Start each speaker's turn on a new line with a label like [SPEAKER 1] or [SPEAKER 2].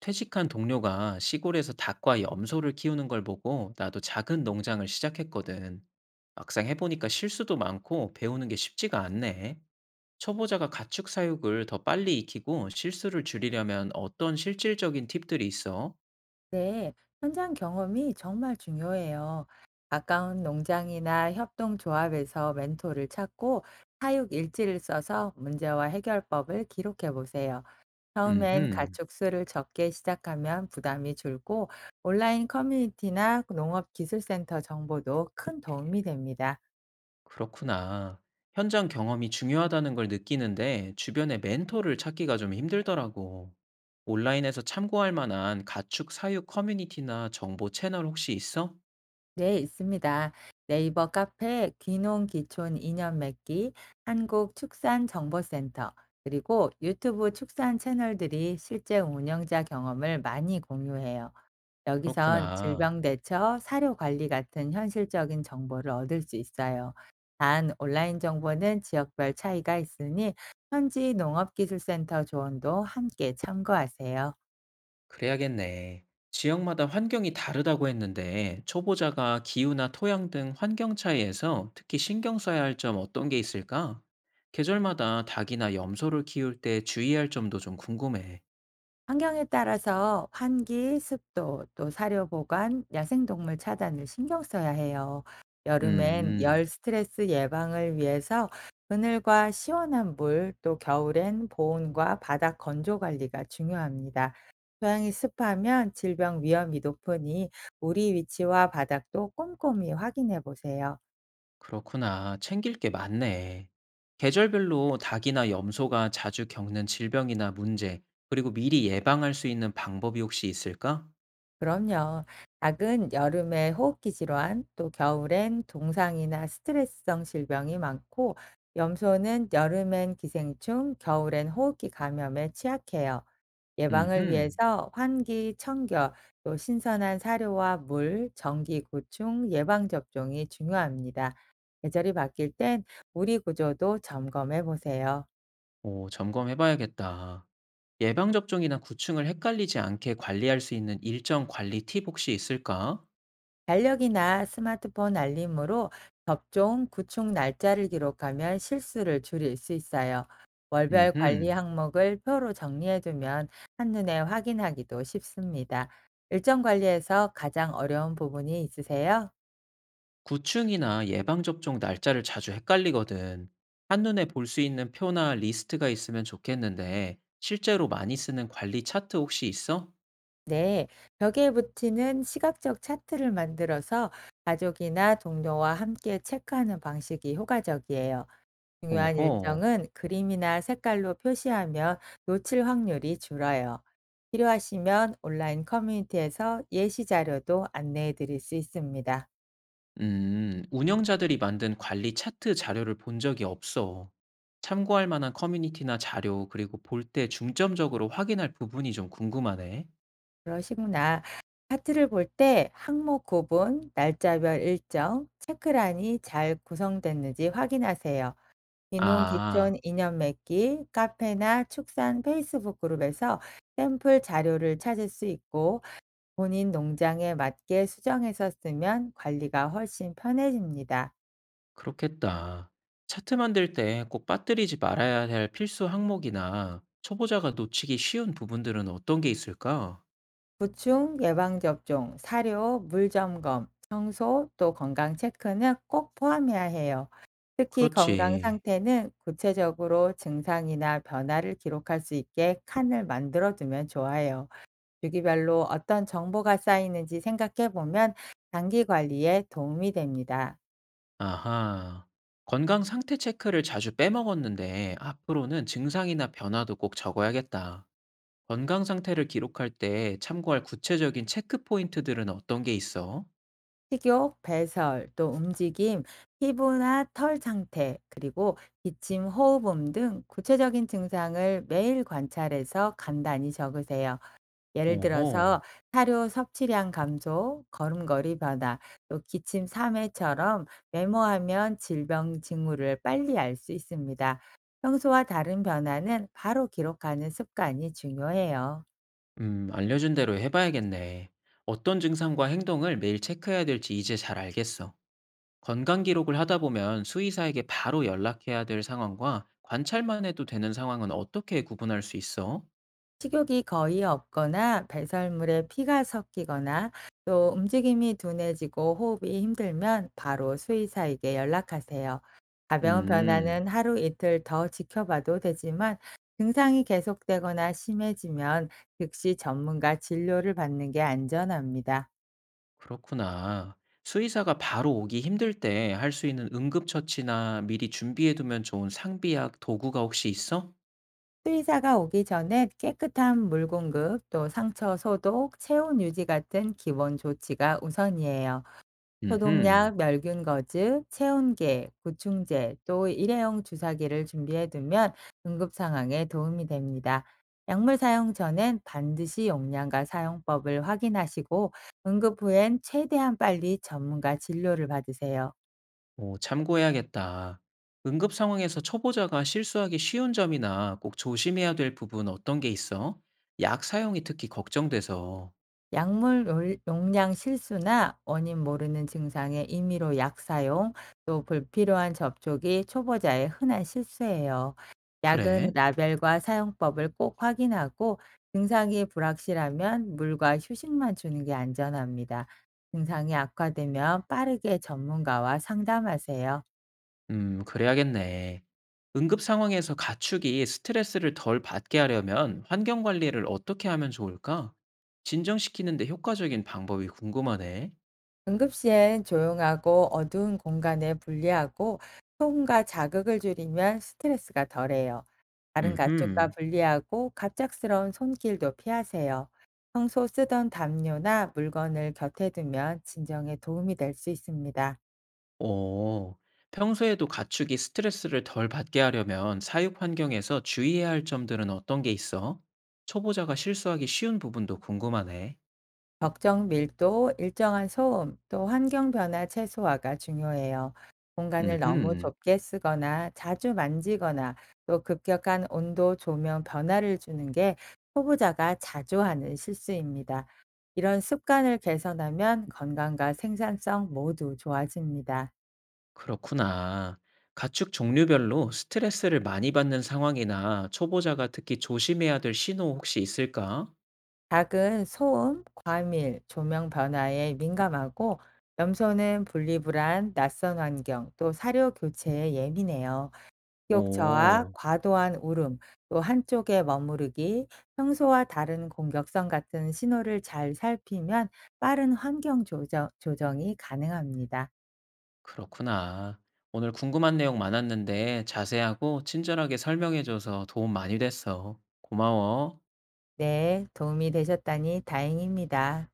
[SPEAKER 1] 퇴직한 동료가 시골에서 닭과 염소를 키우는 걸 보고 나도 작은 농장을 시작했거든. 막상 해보니까 실수도 많고 배우는 게 쉽지가 않네. 초보자가 가축 사육을 더 빨리 익히고 실수를 줄이려면 어떤 실질적인 팁들이 있어?
[SPEAKER 2] 네, 현장 경험이 정말 중요해요. 가까운 농장이나 협동조합에서 멘토를 찾고 사육 일지를 써서 문제와 해결법을 기록해 보세요. 처음엔
[SPEAKER 1] 음흠,
[SPEAKER 2] 가축 수를 적게 시작하면 부담이 줄고 온라인 커뮤니티나 농업기술센터 정보도 큰 도움이 됩니다.
[SPEAKER 1] 그렇구나. 현장 경험이 중요하다는 걸 느끼는데 주변에 멘토를 찾기가 좀 힘들더라고. 온라인에서 참고할 만한 가축 사육 커뮤니티나 정보 채널 혹시 있어?
[SPEAKER 2] 네, 있습니다. 네이버 카페 귀농 귀촌 인연 맺기, 한국 축산 정보센터, 그리고 유튜브 축산 채널들이 실제 운영자 경험을 많이 공유해요. 여기선
[SPEAKER 1] 그렇구나.
[SPEAKER 2] 질병 대처, 사료 관리 같은 현실적인 정보를 얻을 수 있어요. 단, 온라인 정보는 지역별 차이가 있으니 현지 농업기술센터 조언도 함께 참고하세요.
[SPEAKER 1] 그래야겠네. 지역마다 환경이 다르다고 했는데, 초보자가 기후나 토양 등 환경 차이에서 특히 신경 써야 할 점 어떤 게 있을까? 계절마다 닭이나 염소를 키울 때 주의할 점도 좀 궁금해.
[SPEAKER 2] 환경에 따라서 환기, 습도, 또 사료 보관, 야생동물 차단을 신경 써야 해요. 여름엔
[SPEAKER 1] 음,
[SPEAKER 2] 열 스트레스 예방을 위해서 그늘과 시원한 물, 또 겨울엔 보온과 바닥 건조 관리가 중요합니다. 토양이 습하면 질병 위험이 높으니 우리 위치와 바닥도 꼼꼼히 확인해 보세요.
[SPEAKER 1] 그렇구나. 챙길 게 많네. 계절별로 닭이나 염소가 자주 겪는 질병이나 문제, 그리고 미리 예방할 수 있는 방법이 혹시 있을까?
[SPEAKER 2] 그럼요. 닭은 여름에 호흡기 질환, 또 겨울엔 동상이나 스트레스성 질병이 많고, 염소는 여름엔 기생충, 겨울엔 호흡기 감염에 취약해요. 예방을
[SPEAKER 1] 음흠,
[SPEAKER 2] 위해서 환기, 청결, 또 신선한 사료와 물, 전기 구충, 예방접종이 중요합니다. 계절이 바뀔 땐 우리 구조도 점검해 보세요.
[SPEAKER 1] 오, 점검해봐야겠다. 예방 접종이나 구충을 헷갈리지 않게 관리할 수 있는 일정 관리 팁 혹시 있을까?
[SPEAKER 2] 달력이나 스마트폰 알림으로 접종, 구축 날짜를 기록하면 실수를 줄일 수 있어요. 월별 관리
[SPEAKER 1] 음흠.
[SPEAKER 2] 항목을 표로 정리해두면 한눈에 확인하기도 쉽습니다. 일정 관리에서 가장 어려운 부분이 있으세요?
[SPEAKER 1] 구충이나 예방 접종 날짜를 자주 헷갈리거든. 한눈에 볼 수 있는 표나 리스트가 있으면 좋겠는데 실제로 많이 쓰는 관리 차트 혹시 있어?
[SPEAKER 2] 네, 벽에 붙이는 시각적 차트를 만들어서 가족이나 동료와 함께 체크하는 방식이 효과적이에요. 중요한
[SPEAKER 1] 오호.
[SPEAKER 2] 일정은 그림이나 색깔로 표시하면 놓칠 확률이 줄어요. 필요하시면 온라인 커뮤니티에서 예시 자료도 안내해 드릴 수 있습니다.
[SPEAKER 1] 운영자들이 만든 관리 차트 자료를 본 적이 없어. 참고할 만한 커뮤니티나 자료, 그리고 볼 때 중점적으로 확인할 부분이 좀 궁금하네.
[SPEAKER 2] 그러시구나. 차트를 볼 때 항목 구분, 날짜별 일정, 체크란이 잘 구성됐는지 확인하세요. 귀농
[SPEAKER 1] 아,
[SPEAKER 2] 기촌 인연 맺기, 카페나 축산 페이스북 그룹에서 샘플 자료를 찾을 수 있고 본인 농장에 맞게 수정해서 쓰면 관리가 훨씬 편해집니다.
[SPEAKER 1] 그렇겠다. 차트 만들 때 꼭 빠뜨리지 말아야 할 필수 항목이나 초보자가 놓치기 쉬운 부분들은 어떤 게 있을까?
[SPEAKER 2] 구충, 예방접종, 사료, 물점검, 청소, 또 건강 체크는 꼭 포함해야 해요. 특히 건강
[SPEAKER 1] 그렇지.
[SPEAKER 2] 상태는 구체적으로 증상이나 변화를 기록할 수 있게 칸을 만들어두면 좋아요. 주기별로 어떤 정보가 쌓이는지 생각해 보면 장기 관리에 도움이 됩니다.
[SPEAKER 1] 아하. 건강 상태 체크를 자주 빼먹었는데 앞으로는 증상이나 변화도 꼭 적어야겠다. 건강 상태를 기록할 때 참고할 구체적인 체크 포인트들은 어떤 게 있어?
[SPEAKER 2] 식욕, 배설, 또 움직임, 피부나 털 상태, 그리고 기침, 호흡음 등 구체적인 증상을 매일 관찰해서 간단히 적으세요. 예를
[SPEAKER 1] 오호.
[SPEAKER 2] 들어서 사료 섭취량 감소, 걸음걸이 변화, 또 기침 3회처럼 메모하면 질병 징후를 빨리 알 수 있습니다. 평소와 다른 변화는 바로 기록하는 습관이 중요해요.
[SPEAKER 1] 알려준 대로 해봐야겠네. 어떤 증상과 행동을 매일 체크해야 될지 이제 잘 알겠어. 건강 기록을 하다 보면 수의사에게 바로 연락해야 될 상황과 관찰만 해도 되는 상황은 어떻게 구분할 수 있어?
[SPEAKER 2] 식욕이 거의 없거나 배설물에 피가 섞이거나 또 움직임이 둔해지고 호흡이 힘들면 바로 수의사에게 연락하세요. 가벼운
[SPEAKER 1] 음,
[SPEAKER 2] 변화는 하루 이틀 더 지켜봐도 되지만 증상이 계속되거나 심해지면 즉시 전문가 진료를 받는 게 안전합니다.
[SPEAKER 1] 그렇구나. 수의사가 바로 오기 힘들 때 할 수 있는 응급처치나 미리 준비해두면 좋은 상비약, 도구가 혹시 있어?
[SPEAKER 2] 수의사가 오기 전에 깨끗한 물 공급, 또 상처 소독, 체온 유지 같은 기본 조치가 우선이에요.
[SPEAKER 1] 음흠,
[SPEAKER 2] 소독약, 멸균거즈, 체온계, 구충제, 또 일회용 주사기를 준비해 두면 응급 상황에 도움이 됩니다. 약물 사용 전엔 반드시 용량과 사용법을 확인하시고 응급 후엔 최대한 빨리 전문가 진료를 받으세요.
[SPEAKER 1] 오, 참고해야겠다. 응급 상황에서 초보자가 실수하기 쉬운 점이나 꼭 조심해야 될 부분 어떤 게 있어? 약 사용이 특히 걱정돼서.
[SPEAKER 2] 약물 용량 실수나 원인 모르는 증상의 임의로 약 사용, 또 불필요한 접촉이 초보자의 흔한 실수예요. 약은
[SPEAKER 1] 그래?
[SPEAKER 2] 라벨과 사용법을 꼭 확인하고 증상이 불확실하면 물과 휴식만 주는 게 안전합니다. 증상이 악화되면 빠르게 전문가와 상담하세요.
[SPEAKER 1] 그래야겠네. 응급 상황에서 가축이 스트레스를 덜 받게 하려면 환경 관리를 어떻게 하면 좋을까? 진정시키는데 효과적인 방법이 궁금하네.
[SPEAKER 2] 응급시엔 조용하고 어두운 공간에 분리하고 소음과 자극을 줄이면 스트레스가 덜해요. 다른 가축과
[SPEAKER 1] 음흠.
[SPEAKER 2] 분리하고 갑작스러운 손길도 피하세요. 평소 쓰던 담요나 물건을 곁에 두면 진정에 도움이 될 수 있습니다.
[SPEAKER 1] 오, 평소에도 가축이 스트레스를 덜 받게 하려면 사육 환경에서 주의해야 할 점들은 어떤 게 있어? 초보자가 실수하기 쉬운 부분도 궁금하네.
[SPEAKER 2] 적정 밀도, 일정한 소음, 또 환경 변화 최소화가 중요해요. 공간을 너무
[SPEAKER 1] 음흠.
[SPEAKER 2] 좁게 쓰거나 자주 만지거나 또 급격한 온도, 조명 변화를 주는 게 초보자가 자주 하는 실수입니다. 이런 습관을 개선하면 건강과 생산성 모두 좋아집니다.
[SPEAKER 1] 그렇구나. 가축 종류별로 스트레스를 많이 받는 상황이나 초보자가 특히 조심해야 될 신호 혹시 있을까?
[SPEAKER 2] 닭은 소음, 과밀, 조명 변화에 민감하고 염소는 분리불안, 낯선 환경, 또 사료 교체에 예민해요. 기억 저하,
[SPEAKER 1] 오,
[SPEAKER 2] 과도한 울음, 또 한쪽에 머무르기, 평소와 다른 공격성 같은 신호를 잘 살피면 빠른 환경 조정, 조정이 가능합니다.
[SPEAKER 1] 그렇구나. 오늘 궁금한 내용 많았는데 자세하고 친절하게 설명해줘서 도움 많이 됐어. 고마워.
[SPEAKER 2] 네, 도움이 되셨다니 다행입니다.